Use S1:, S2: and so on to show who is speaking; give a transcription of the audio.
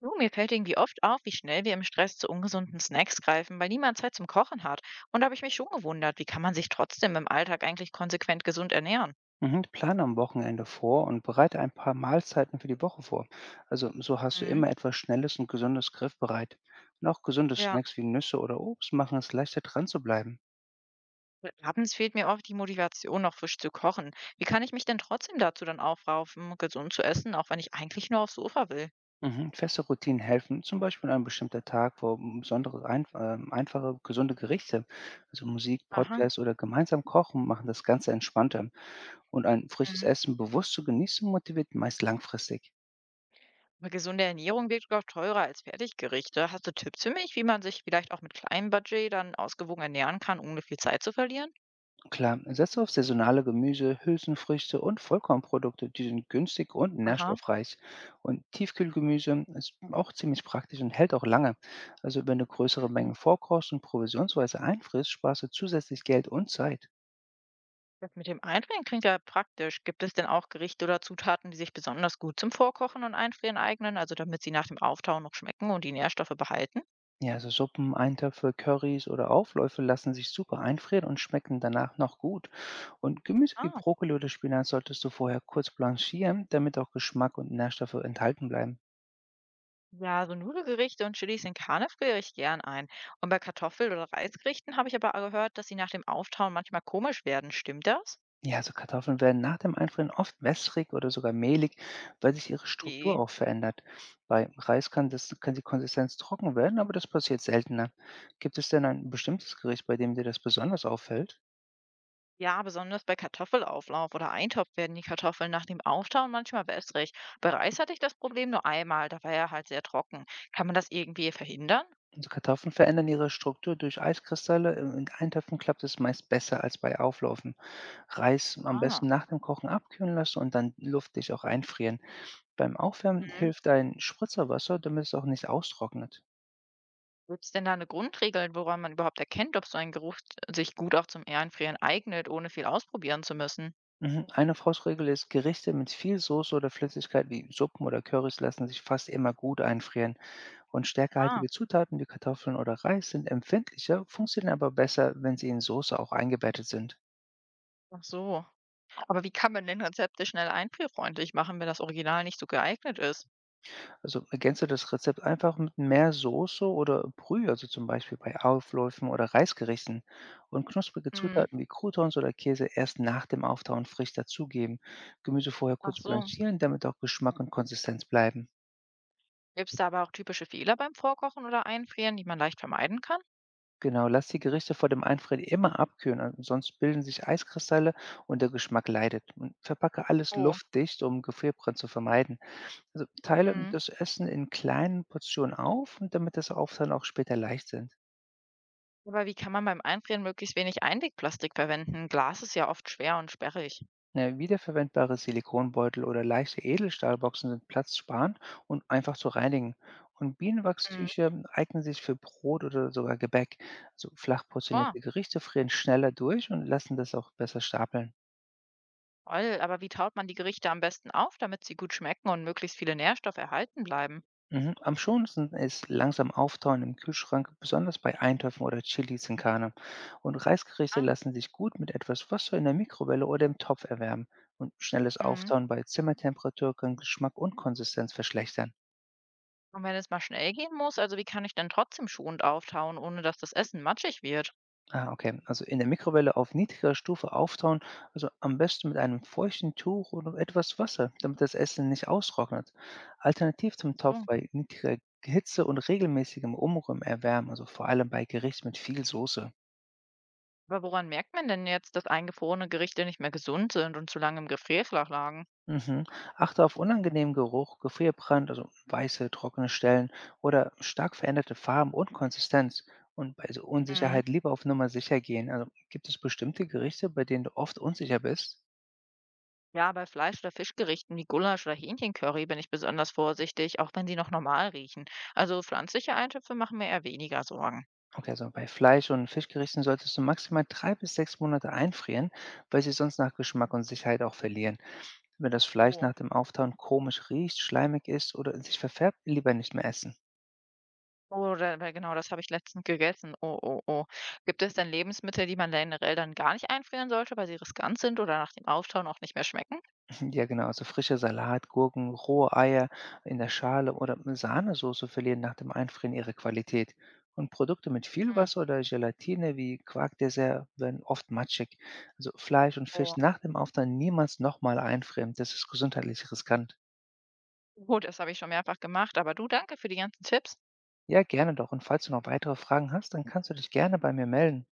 S1: Du, mir fällt irgendwie oft auf, wie schnell wir im Stress zu ungesunden Snacks greifen, weil niemand Zeit zum Kochen hat. Und da habe ich mich schon gewundert, wie kann man sich trotzdem im Alltag eigentlich konsequent gesund ernähren?
S2: Mhm, plane am Wochenende vor und bereite ein paar Mahlzeiten für die Woche vor. Also so hast du
S1: Mhm.
S2: immer etwas Schnelles und Gesundes griffbereit. Und auch gesunde
S1: Ja,
S2: Snacks wie Nüsse oder Obst machen es leichter dran zu bleiben.
S1: weil abends fehlt mir oft die Motivation, noch frisch zu kochen. Wie kann ich mich denn trotzdem dazu dann aufraufen, gesund zu essen, auch wenn ich eigentlich nur aufs Sofa will?
S2: Mhm, feste Routinen helfen, zum Beispiel ein bestimmter Tag, wo besondere, einfache, gesunde Gerichte, also Musik,
S1: Aha.
S2: Podcast oder gemeinsam kochen, machen das Ganze entspannter. Und ein frisches
S1: Mhm.
S2: Essen bewusst zu genießen, motiviert meist langfristig.
S1: Aber gesunde Ernährung wirkt doch teurer als Fertiggerichte. Hast du Tipps für mich, wie man sich vielleicht auch mit kleinem Budget dann ausgewogen ernähren kann, ohne viel Zeit zu verlieren?
S2: Klar, setze auf saisonale Gemüse, Hülsenfrüchte und Vollkornprodukte, die sind günstig und
S1: Aha.
S2: nährstoffreich. Und Tiefkühlgemüse ist auch ziemlich praktisch und hält auch lange. Also wenn du größere
S1: Mhm.
S2: Mengen vorkochst und provisionsweise einfrisst, sparst du zusätzlich Geld und Zeit.
S1: Das mit dem Einfrieren klingt ja praktisch. Gibt es denn auch Gerichte oder Zutaten, die sich besonders gut zum Vorkochen und Einfrieren eignen, also damit sie nach dem Auftauen noch schmecken und die Nährstoffe behalten?
S2: Ja, also Suppen, Eintöpfe, Currys oder Aufläufe lassen sich super einfrieren und schmecken danach noch gut. Und Gemüse wie
S1: Ah,
S2: Brokkoli oder Spinat solltest du vorher kurz blanchieren, damit auch Geschmack und Nährstoffe enthalten bleiben.
S1: ja, so Nudelgerichte und Chilis in Karne friere ich gern ein. Und bei Kartoffel- oder Reisgerichten habe ich aber gehört, dass sie nach dem Auftauen manchmal komisch werden. Stimmt das?
S2: Ja, also Kartoffeln werden nach dem Einfrieren oft wässrig oder sogar mehlig, weil sich ihre Struktur
S1: Je.
S2: auch verändert. Bei Reis kann die Konsistenz trocken werden, aber das passiert seltener. Gibt es denn ein bestimmtes Gericht, bei dem dir das besonders auffällt?
S1: Ja, besonders bei Kartoffelauflauf oder Eintopf werden die Kartoffeln nach dem Auftauen manchmal wässrig. Bei Reis hatte ich das Problem nur einmal, da war er halt sehr trocken. Kann man das irgendwie verhindern?
S2: Also Kartoffeln verändern ihre Struktur durch Eiskristalle. In Eintöpfen klappt es meist besser als bei Auflaufen. Reis am
S1: Ah.
S2: besten nach dem Kochen abkühlen lassen und dann luftig auch einfrieren. Beim Aufwärmen hilft ein Spritzerwasser, damit es auch nicht austrocknet.
S1: Gibt es denn da eine Grundregel, woran man überhaupt erkennt, ob so ein Geruch sich gut auch zum Einfrieren eignet, ohne viel ausprobieren zu müssen?
S2: Mhm. Eine Faustregel ist, Gerichte mit viel Soße oder Flüssigkeit wie Suppen oder Currys lassen sich fast immer gut einfrieren und
S1: Ah,
S2: stärkehaltige Zutaten wie Kartoffeln oder Reis sind empfindlicher, funktionieren aber besser, wenn sie in Soße auch eingebettet sind.
S1: ach so. Aber wie kann man denn Rezepte schnell einfrierfreundlich machen, wenn das Original nicht so geeignet ist?
S2: Also ergänze das Rezept einfach mit mehr Soße oder Brühe, also zum Beispiel bei Aufläufen oder Reisgerichten und knusprige
S1: Mhm.
S2: Zutaten wie Croutons oder Käse erst nach dem Auftauen frisch dazugeben. Gemüse vorher
S1: Ach
S2: kurz
S1: so.
S2: blanchieren, damit auch Geschmack und Konsistenz bleiben.
S1: Gibt es da aber auch typische Fehler beim Vorkochen oder Einfrieren, die man leicht vermeiden kann?
S2: Genau, lass die Gerichte vor dem Einfrieren immer abkühlen, sonst bilden sich Eiskristalle und der Geschmack leidet. Und verpacke alles
S1: Oh,
S2: luftdicht, um Gefrierbrand zu vermeiden. Also teile
S1: mhm.
S2: das Essen in kleinen Portionen auf, und damit das Aufteilen auch später leicht sind.
S1: Aber wie kann man beim Einfrieren möglichst wenig Einwegplastik verwenden? Glas ist ja oft schwer und sperrig.
S2: Ja, wiederverwendbare Silikonbeutel oder leichte Edelstahlboxen sind platzsparend und einfach zu reinigen. Und
S1: Mhm.
S2: Bienenwachstücher eignen sich für Brot oder sogar Gebäck. Also flach
S1: Oh,
S2: portionierte Gerichte frieren schneller durch und lassen das auch besser stapeln.
S1: toll. Aber wie taut man die Gerichte am besten auf, damit sie gut schmecken und möglichst viele Nährstoffe erhalten bleiben?
S2: Mhm. Am schonendsten ist langsam auftauen im Kühlschrank, besonders bei Eintöpfen oder Chilis in Karne. Und Reisgerichte
S1: Ah,
S2: lassen sich gut mit etwas Wasser in der Mikrowelle oder im Topf erwärmen. Und schnelles
S1: mhm.
S2: Auftauen bei Zimmertemperatur kann Geschmack und Konsistenz verschlechtern.
S1: Und wenn es mal schnell gehen muss, also wie kann ich denn trotzdem schonend auftauen, ohne dass das Essen matschig wird?
S2: Ah, okay. Also in der Mikrowelle auf niedriger Stufe auftauen, also am besten mit einem feuchten Tuch oder etwas Wasser, damit das Essen nicht austrocknet. Alternativ zum
S1: Ach
S2: Topf
S1: so.
S2: bei niedriger Hitze und regelmäßigem Umrühren erwärmen, also vor allem bei Gerichten mit viel Soße.
S1: Aber woran merkt man denn jetzt, dass eingefrorene Gerichte nicht mehr gesund sind und zu lange im Gefrierfach lagen?
S2: Mhm. Achte auf unangenehmen Geruch, Gefrierbrand, also weiße, trockene Stellen oder stark veränderte Farben und Konsistenz. Und bei so
S1: Mhm.
S2: Unsicherheit lieber auf Nummer sicher gehen. Also gibt es bestimmte Gerichte, bei denen du oft unsicher bist?
S1: Ja, bei Fleisch- oder Fischgerichten wie Gulasch oder Hähnchencurry bin ich besonders vorsichtig, auch wenn sie noch normal riechen. Also pflanzliche Eintöpfe machen mir eher weniger Sorgen.
S2: Okay, also bei Fleisch- und Fischgerichten solltest du maximal 3 bis 6 Monate einfrieren, weil sie sonst nach Geschmack und Sicherheit auch verlieren. Wenn das Fleisch
S1: Oh.
S2: nach dem Auftauen komisch riecht, schleimig ist oder sich verfärbt, lieber nicht mehr essen.
S1: Oder weil genau, das habe ich letztens gegessen. Oh, oh, oh. Gibt es denn Lebensmittel, die man generell dann gar nicht einfrieren sollte, weil sie riskant sind oder nach dem Auftauen auch nicht mehr schmecken?
S2: Ja, genau, also frischer Salat, Gurken, rohe Eier in der Schale oder mit Sahnesoße verlieren nach dem Einfrieren ihre Qualität. Und Produkte mit viel
S1: Hm.
S2: Wasser oder Gelatine wie Quarkdessert werden oft matschig. Also Fleisch und Fisch
S1: Oh.
S2: nach dem Auftauen niemals nochmal einfrieren. Das ist gesundheitlich riskant.
S1: Oh, das habe ich schon mehrfach gemacht, aber du, danke für die ganzen Tipps.
S2: Ja, gerne doch. Und falls du noch weitere Fragen hast, dann kannst du dich gerne bei mir melden.